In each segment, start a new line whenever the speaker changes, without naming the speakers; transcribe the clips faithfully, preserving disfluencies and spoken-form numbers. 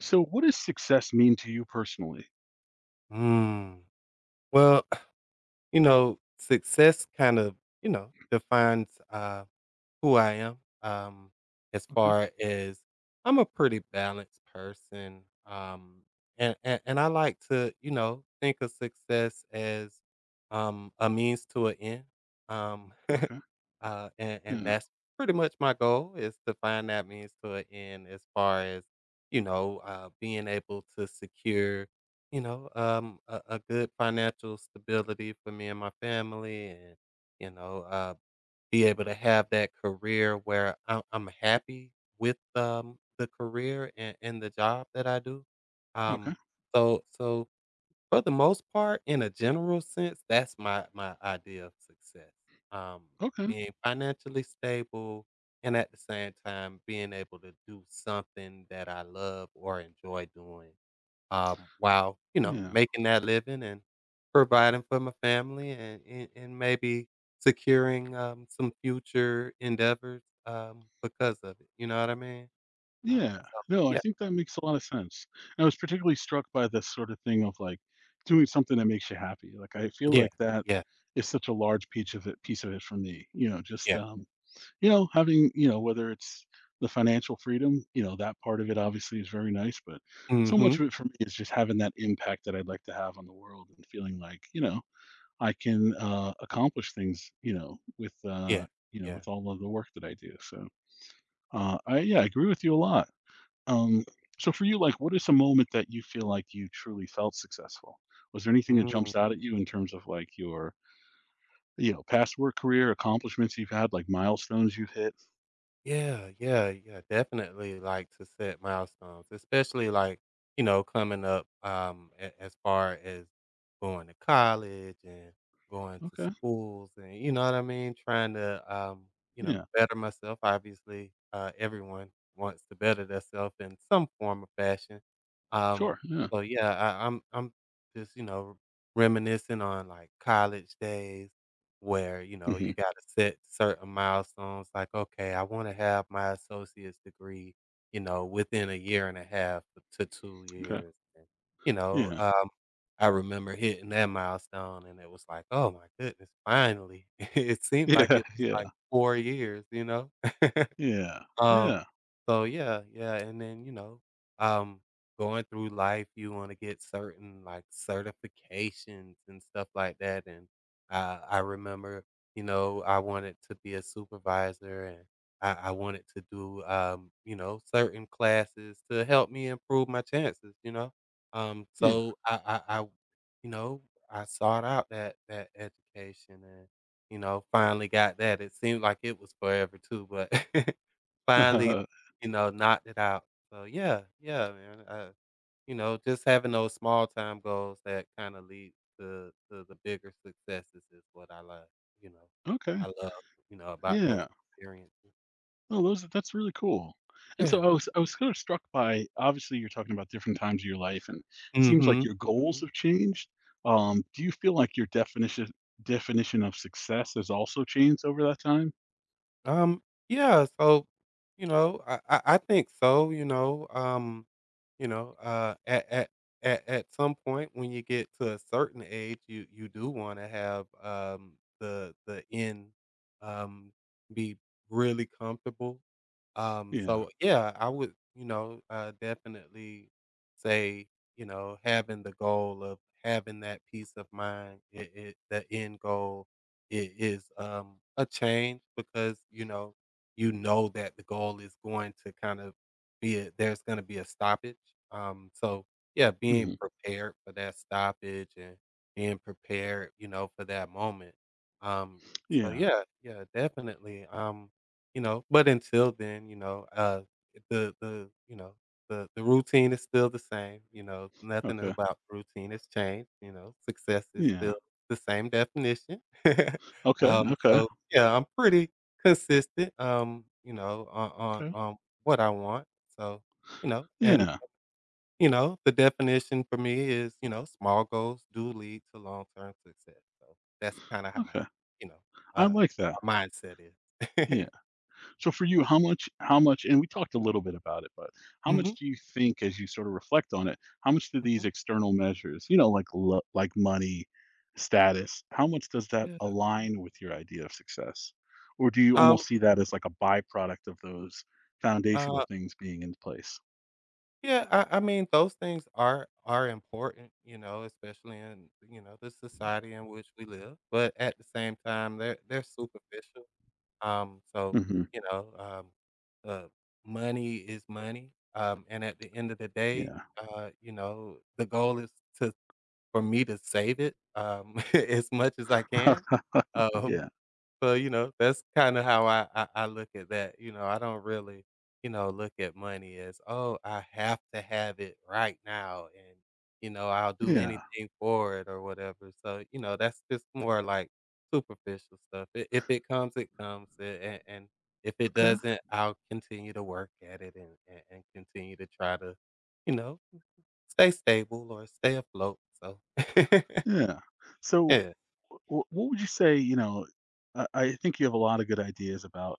So what does success mean to you personally?
Mm. Well, you know, success kind of, you know, defines uh, who I am. Um, as
Okay.
far as I'm a pretty balanced person, um, and, and and I like to, you know, think of success as um, a means to an end. Um,
Okay.
uh, and and
Yeah.
that's pretty much my goal is to find that means to an end as far as, you know, uh, being able to secure, you know, um, a, a good financial stability for me and my family and, you know, uh, be able to have that career where I'm, I'm happy with um, the career and, and the job that I do.
Okay.
Um, so, so for the most part, in a general sense, that's my my idea of success. Um,
Okay.
being financially stable and at the same time being able to do something that I love or enjoy doing, um, while, you know,
Yeah.
making that living and providing for my family and and, and maybe securing um, some future endeavors um, because of it. You know what I mean? Um,
Yeah.
so
No, I
yeah,
think that makes a lot of sense. I was particularly struck by this sort of thing of like doing something that makes you happy. Like I feel
yeah,
like that
yeah,
is such a large piece of it piece of it for me. You know, just
yeah.
um, you know, having, you know, whether it's the financial freedom, you know, that part of it obviously is very nice, but so
Mm-hmm.
much of it for me is just having that impact that I'd like to have on the world and feeling like, you know, I can uh, accomplish things, you know, with uh,
Yeah,
you know,
yeah.
with all of the work that I do. So, uh, I yeah, I agree with you a lot. Um, so for you, like, what is a moment that you feel like you truly felt successful? Was there anything that
Mhm.
jumps out at you in terms of like your, you know, past work career accomplishments you've had, like milestones you've hit?
Yeah, yeah, yeah, definitely like to set milestones, especially like, you know, coming up um a- as far as going to college and going to
Okay.
schools and you know what I mean, trying to um, you know,
Yeah.
better myself. Obviously, uh everyone wants to better themselves in some form or fashion. Um
Sure. Yeah.
so yeah, I, I'm I'm just, you know, reminiscing on like college days where, you know, you
Hmm.
gotta set certain milestones, like, "Okay, I wanna have my associate's degree, you know, within a year and a half to two
Okay.
years," and, you know,
Yeah.
um, I remember hitting that milestone, and it was like, "Oh my goodness, finally." It seemed like
Yeah,
it was, like,
yeah,
four years, you know?
yeah,
Um,
yeah,
so yeah, yeah, and then, you know, um, going through life, you wanna get certain, like, certifications and stuff like that, and I I remember, you know, I wanted to be a supervisor, and I I wanted to do, um, you know, certain classes to help me improve my chances, you know? Um,
yeah.
so I I I you know, I sought out that that education and, you know, finally got that. It seemed like it was forever too, but finally, you know, knocked it out. So yeah, yeah, man, uh, you know, just having those small time goals that kinda lead to to the bigger successes is what I love, you know,
Okay.
I love, you know, about those
Yeah.
experiences.
Oh, those that's really cool. And
Yeah.
so I was I was kind of struck by obviously, you're talking about different times of your life, and it seems like
Mhm,
your goals
mhm.
have changed. Um, do you feel like your definition definition of success has also changed over that time?
Um, yeah, so, you know, I I I think so, you know, um, you know, uh, at at at at some point when you get to a certain age, you you do wanna have, um, the the end, um, be really comfortable. Um,
Yeah.
so, yeah, I would, you know, uh, definitely say, you know, having the goal of having that peace of mind, it it the end goal it is, um, a change because, you know, you know that the goal is going to kind of be a there's gonna be a stoppage, um, so, yeah, being
Mhm.
prepared for that stoppage and being prepared, you know, for that moment, um, so
Yeah.
yeah, yeah, definitely, um, you know, but until then, you know, uh, the the, you know, the the routine is still the same, you know, nothing
Okay.
about routine has changed, you know, success is
Yeah.
still the same definition.
Okay,
Um,
okay,
so, yeah, I'm pretty consistent, um, you know, on on
okay.
on what I want. So, you know, and,
Yeah,
you know, the definition for me is, you know, small goals do lead to long-term success. So, that's kinda how I,
okay.
you know,
I
uh,
like that.
my mindset is.
Yeah. So for you, how much, how much, and we talked a little bit about it, but how
Mhm,
much do you think, as you sort of reflect on it, how much do these
mhm,
external measures, you know, like lo- like money, status, how much does that
yeah.
align with your idea of success, or do you
Um,
almost see that as like a byproduct of those foundational
uh,
things being in place?
yeah, I I mean, those things are are important, you know, especially in, you know, the society in which we live, but at the same time, they're they're superficial. Um, so,
Hmm.
you know, um, uh, money is money, um, and at the end of the day,
Yeah.
uh, you know, the goal is to for me to save it, um, as much as I can. Um,
Yeah,
so, you know, that's kinda how I I I look at that, you know, I don't really, you know, look at money as, "Oh, I have to have it right now," and, you know, "I'll do
yeah.
anything for it," or whatever. So, you know, that's just more like superficial stuff. I If it comes, it comes, a and and if it
Okay.
doesn't, I'll continue to work at it and and and continue to try to, you know, stay stable or stay afloat, so
Yeah. So,
yeah.
wh- what would you say? You know, I, I think you have a lot of good ideas about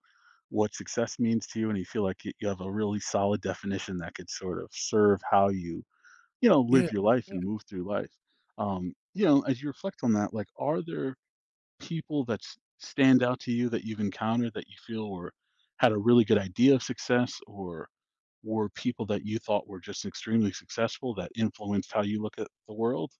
what success means to you, and you feel like you you have a really solid definition that could sort of serve how you, you know,
Yeah.
live your life and move through life. Um, you know, as you reflect on that, like, are there people that s- stand out to you that you've encountered that you feel were had a really good idea of success, or were people that you thought were just extremely successful that influenced how you look at the world?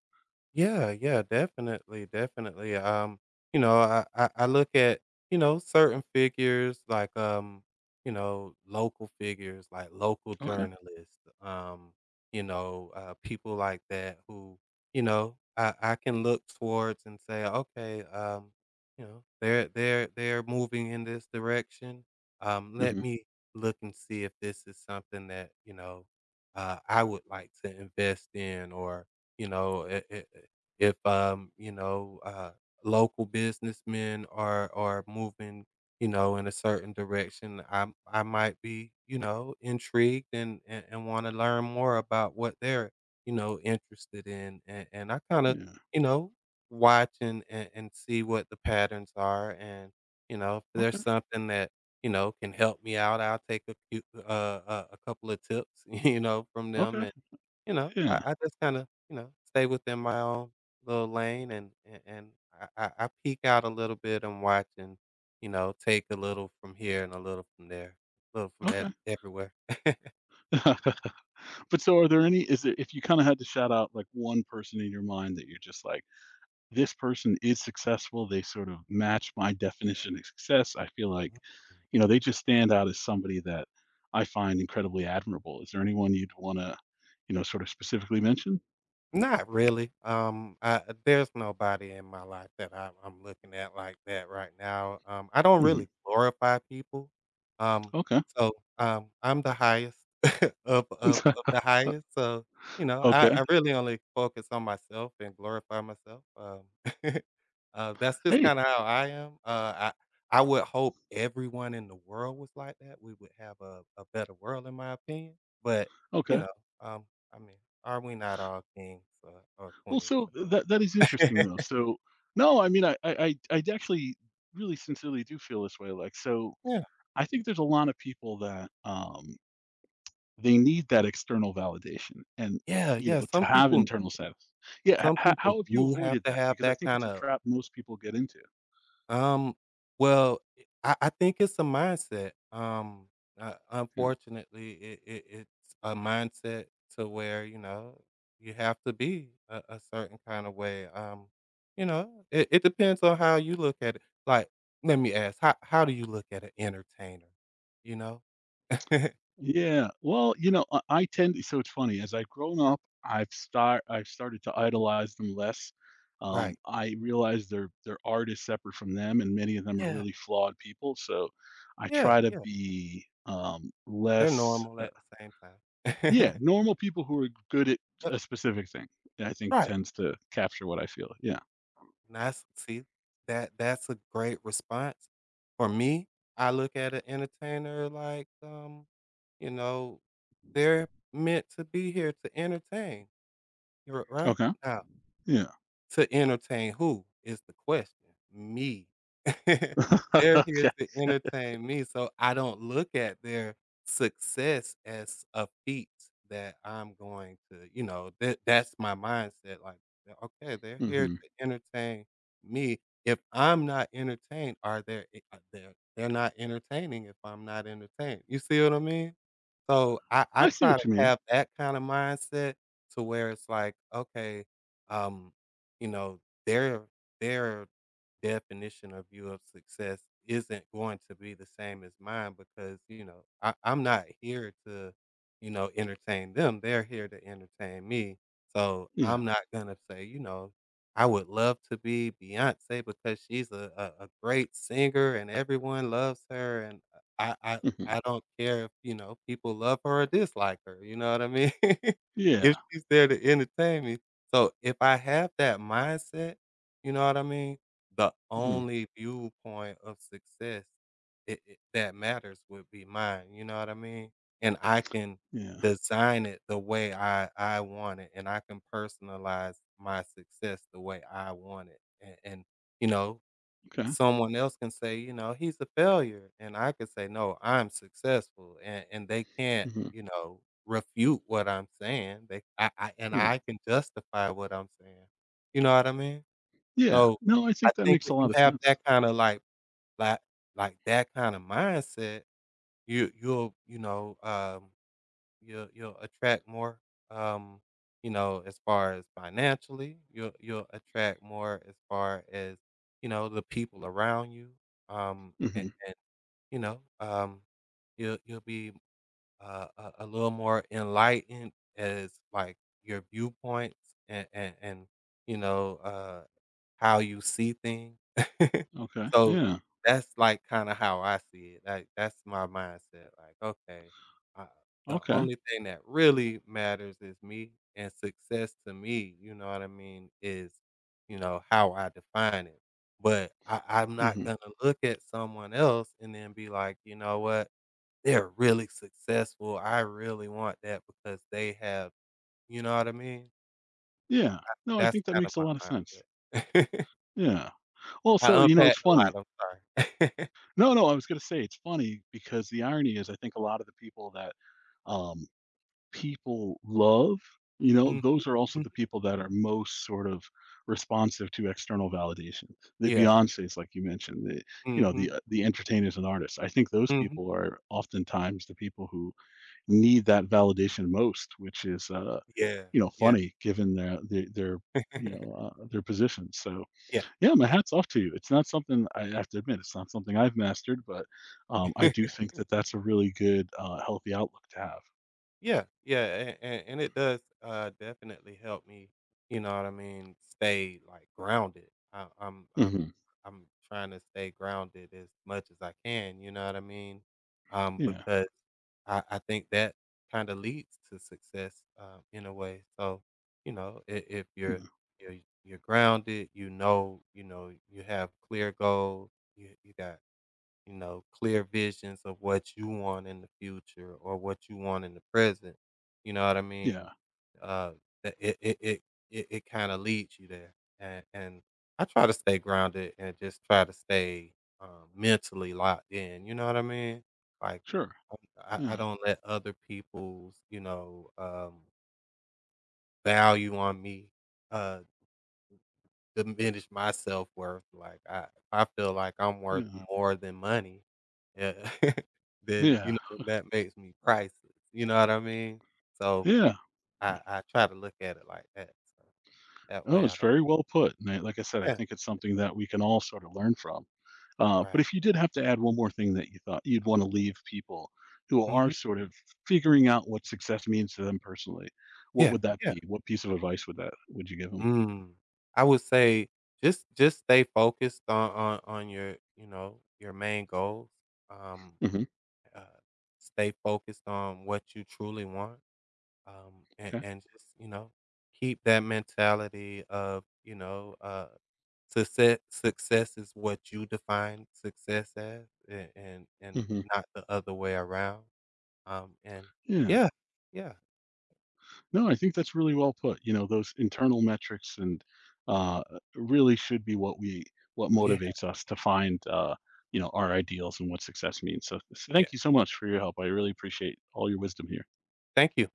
Yeah, yeah, definitely, definitely. Um, you know, I, I I look at you know certain figures like um you know local figures like local
Okay.
journalists, um you know uh, people like that who you know I I can look towards and say okay um you know they're they're they're moving in this direction. Um, let
Hmm.
me look and see if this is something that you know uh, I would like to invest in or you know, I I if, um, you know, uh, local businessmen are are moving, you know, in a certain direction, I I might be, you know, intrigued and and, and want to learn more about what they're, you know, interested in, and, and I kind of,
Yeah.
you know, watch and, and and see what the patterns are, and you know, if there's
Okay,
something that you know can help me out, I'll take a few, uh, a, a couple of tips, you know, from them,
okay,
you know, I
yeah,
I just kinda, you know, stay within my own little lane and and and I I I peek out a little bit and watch and, you know, take a little from here and a little from there, a little from ev
okay.
everywhere.
But so are there any is there if you kinda had to shout out, like, one person in your mind that you're just like, "This person is successful, they sort of match my definition of success, I feel like,
Mhm.
you know, they just stand out as somebody that I find incredibly admirable." Is there anyone you'd wanna, you know, sort of specifically mention?
Not really. Um, I, there's nobody in my life that I, I'm looking at like that right now. Um, I don't
Mhm,
really glorify people. Um,
okay.
so um, I'm the highest of, of of the highest. So you know, I,
Okay.
I really only focus on myself and glorify myself. Um, uh, that's just
Hey,
kind of how I am. Uh, I I would hope everyone in the world was like that. We would have a, a better world, in my opinion. But you
okay.
know. Um, I mean, are we not all kings, uh, or
Well,
queens
so
or
th- that that is
whatnot?
interesting, though, so no, I mean, I I I I actually really sincerely do feel this way, like, so
Yeah,
I think there's a lot of people that, um, they need that external validation and,
yeah,
you know,
yeah,
to
some
have
people
internal satis Yeah,
some
h
people
how have you
do have
avoided
to
that?
have
Because I
that
think
kind
it's a
of,
trap most people get into.
um well, I I think it's a mindset, um, uh,
Yeah.
unfortunately, it it it's a mindset to where, you know, you have to be a a certain kind of way, um, you know, it it depends on how you look at it, like, let me ask, how how do you look at an entertainer, you know?
Yeah, well, you know, I I tend to so it's funny, as I've grown up, I've start I've started to idolize them less. Um,
Right.
I realize their their art is separate from them, and many of them are
Yeah,
really flawed people, so I
yeah,
try to
yeah.
be, um,
They're
less,
normal
uh
at the same time.
Yeah, normal people who are good at
Yep,
a specific thing, I think
right.
tends to capture what I feel. Yeah.
Nice, see, that that's a great response. For me, I look at an entertainer like, um, you know, they're meant to be here to entertain, you're right?
Okay.
Now
Yeah.
to entertain who is the question? Me. They're here
Okay.
to entertain me, so I don't look at their success as a feat that I'm going to you know, that that's my mindset, like, yeah, "Okay, they're here
Hmm.
to entertain me." If I'm not entertained, are there I uh, they're they're not entertaining if I'm not entertained. You see what I mean? So I I
I see
try
what
to
you mean.
have that kinda mindset to where it's like, "Okay, um" you know, their their definition of view of success isn't going to be the same as mine because, you know, I, I'm not here to, you know, entertain them. They're here to entertain me. So
Yeah.
I'm not gonna say, you know, I would love to be Beyonce because she's a, a, a great singer and everyone loves her and I, I
Hmm.
I don't care if, you know, people love her or dislike her, you know what I mean? If
Yeah.
she's there to entertain me. So, if I have that mindset, you know what I mean, the
Hmm.
only viewpoint of success it it that matters would be mine, you know what I mean? And I can
Yeah.
design it the way I I want it, and I can personalize my success the way I want it, and and, you know,
Okay.
someone else can say, you know, "He's a failure," and I could say, "No, I'm successful," and and they can't,
Hmm.
you know, refute what I'm saying. They I I And
Yeah.
I can justify what I'm saying. You know what I mean?
Yeah.
So,
No, I
I
think that
think
makes a
if you
lot of
have
sense.
that kinda, like like like, that kinda mindset, you you'll, you know, um You'll you'll attract more, um, you know, as far as financially, you'll you'll attract more as far as, you know, the people around you, um, and
Hmm.
and, you know, um, you'll you'll be, uh, a a little more enlightened as, like, your viewpoints and and and, you know, uh, how you see things.
Okay.
So,
Yeah.
that's, like, kinda how I see it, like, that's my mindset, like, "Okay, uh, the
Okay.
only thing that really matters is me, and success to me," you know what I mean, is, you know, how I define it, but I I'm not
Hmm.
gonna look at someone else and then be like, "You know what? They're really successful, I really want that because they have" you know what I mean?
Yeah. No, I
That's
think that
kind of
makes a lot of
my
sense.
mindset.
Yeah. Also,
I
you know, it's
unpacked a lot,
funny.
I'm sorry.
No, no, I was going to say it's funny because the irony is I think a lot of the people that um, people love, you know,
Mhm.
those are also the people that are most sort of responsive to external validation. The
Yeah.
Beyoncés, like you mentioned, the you know
Mhm.
the uh, the entertainers and artists. I think those
Mhm.
people are oftentimes the people who need that validation most, which is uh,
Yeah.
you know
Yeah.
funny given their their, their you know uh, their position. So
Yeah.
yeah, my
Yeah.
hat's off to you. It's not something I have to admit. It's not something I've mastered, but um, I do think that that's a really good, uh, healthy outlook to have.
Yeah. Yeah, and and it does, uh, definitely help me, you know what I mean, stay, like, grounded. I I'm I'm
Hmm.
I'm trying to stay grounded as much as I can, you know what I mean? Um,
Yeah.
because I I think that kinda leads to success, um, in a way. So, you know, I if you're you're you're grounded, you know you know, you have clear goals, you you got you know, clear visions of what you want in the future or what you want in the present. You know what I
Yeah,
mean? Uh, that it it it it, it kind of leads you there, and and I try to stay grounded and just try to stay um, mentally locked in. You know what I mean? Like
sure.
I, I
Yeah,
don't let other people's you know um, value on me. Uh, diminish my self-worth, like, I I feel like I'm worth
yeah,
more than money, yeah, then, you
yeah,
know, that makes me priceless, you know what I mean? So,
yeah. Yeah.
I I try to look at it like that, so that
Oh,
way I
it's
don't
very well put, and I like I said, I
yeah,
think it's something that we can all sort of learn from. Uh, but
right.
if you did have to add one more thing that you thought you'd wanna leave people who are
Mhm.
sort of figuring out what success means to them personally, what
Yeah,
would that
yeah.
be? What piece of advice would that would you give 'em?
Mm. I would say just just stay focused on on on your, you know, your main goals, um,
Mhm,
uh, stay focused on what you truly want. Um, and,
'kay.
and just, you know, keep that mentality of, you know, uh, success, success is what you define success as and, and, and
Mhm.
not the other way around. Um, and
Yeah.
yeah, yeah,
No, I think that's really well put. You know, those internal metrics and uh, really should be what we what
yeah,
motivates us to find uh, you know our ideals and what success means. So, so
yeah.
thank you so much for your help. I really appreciate all your wisdom here.
Thank you.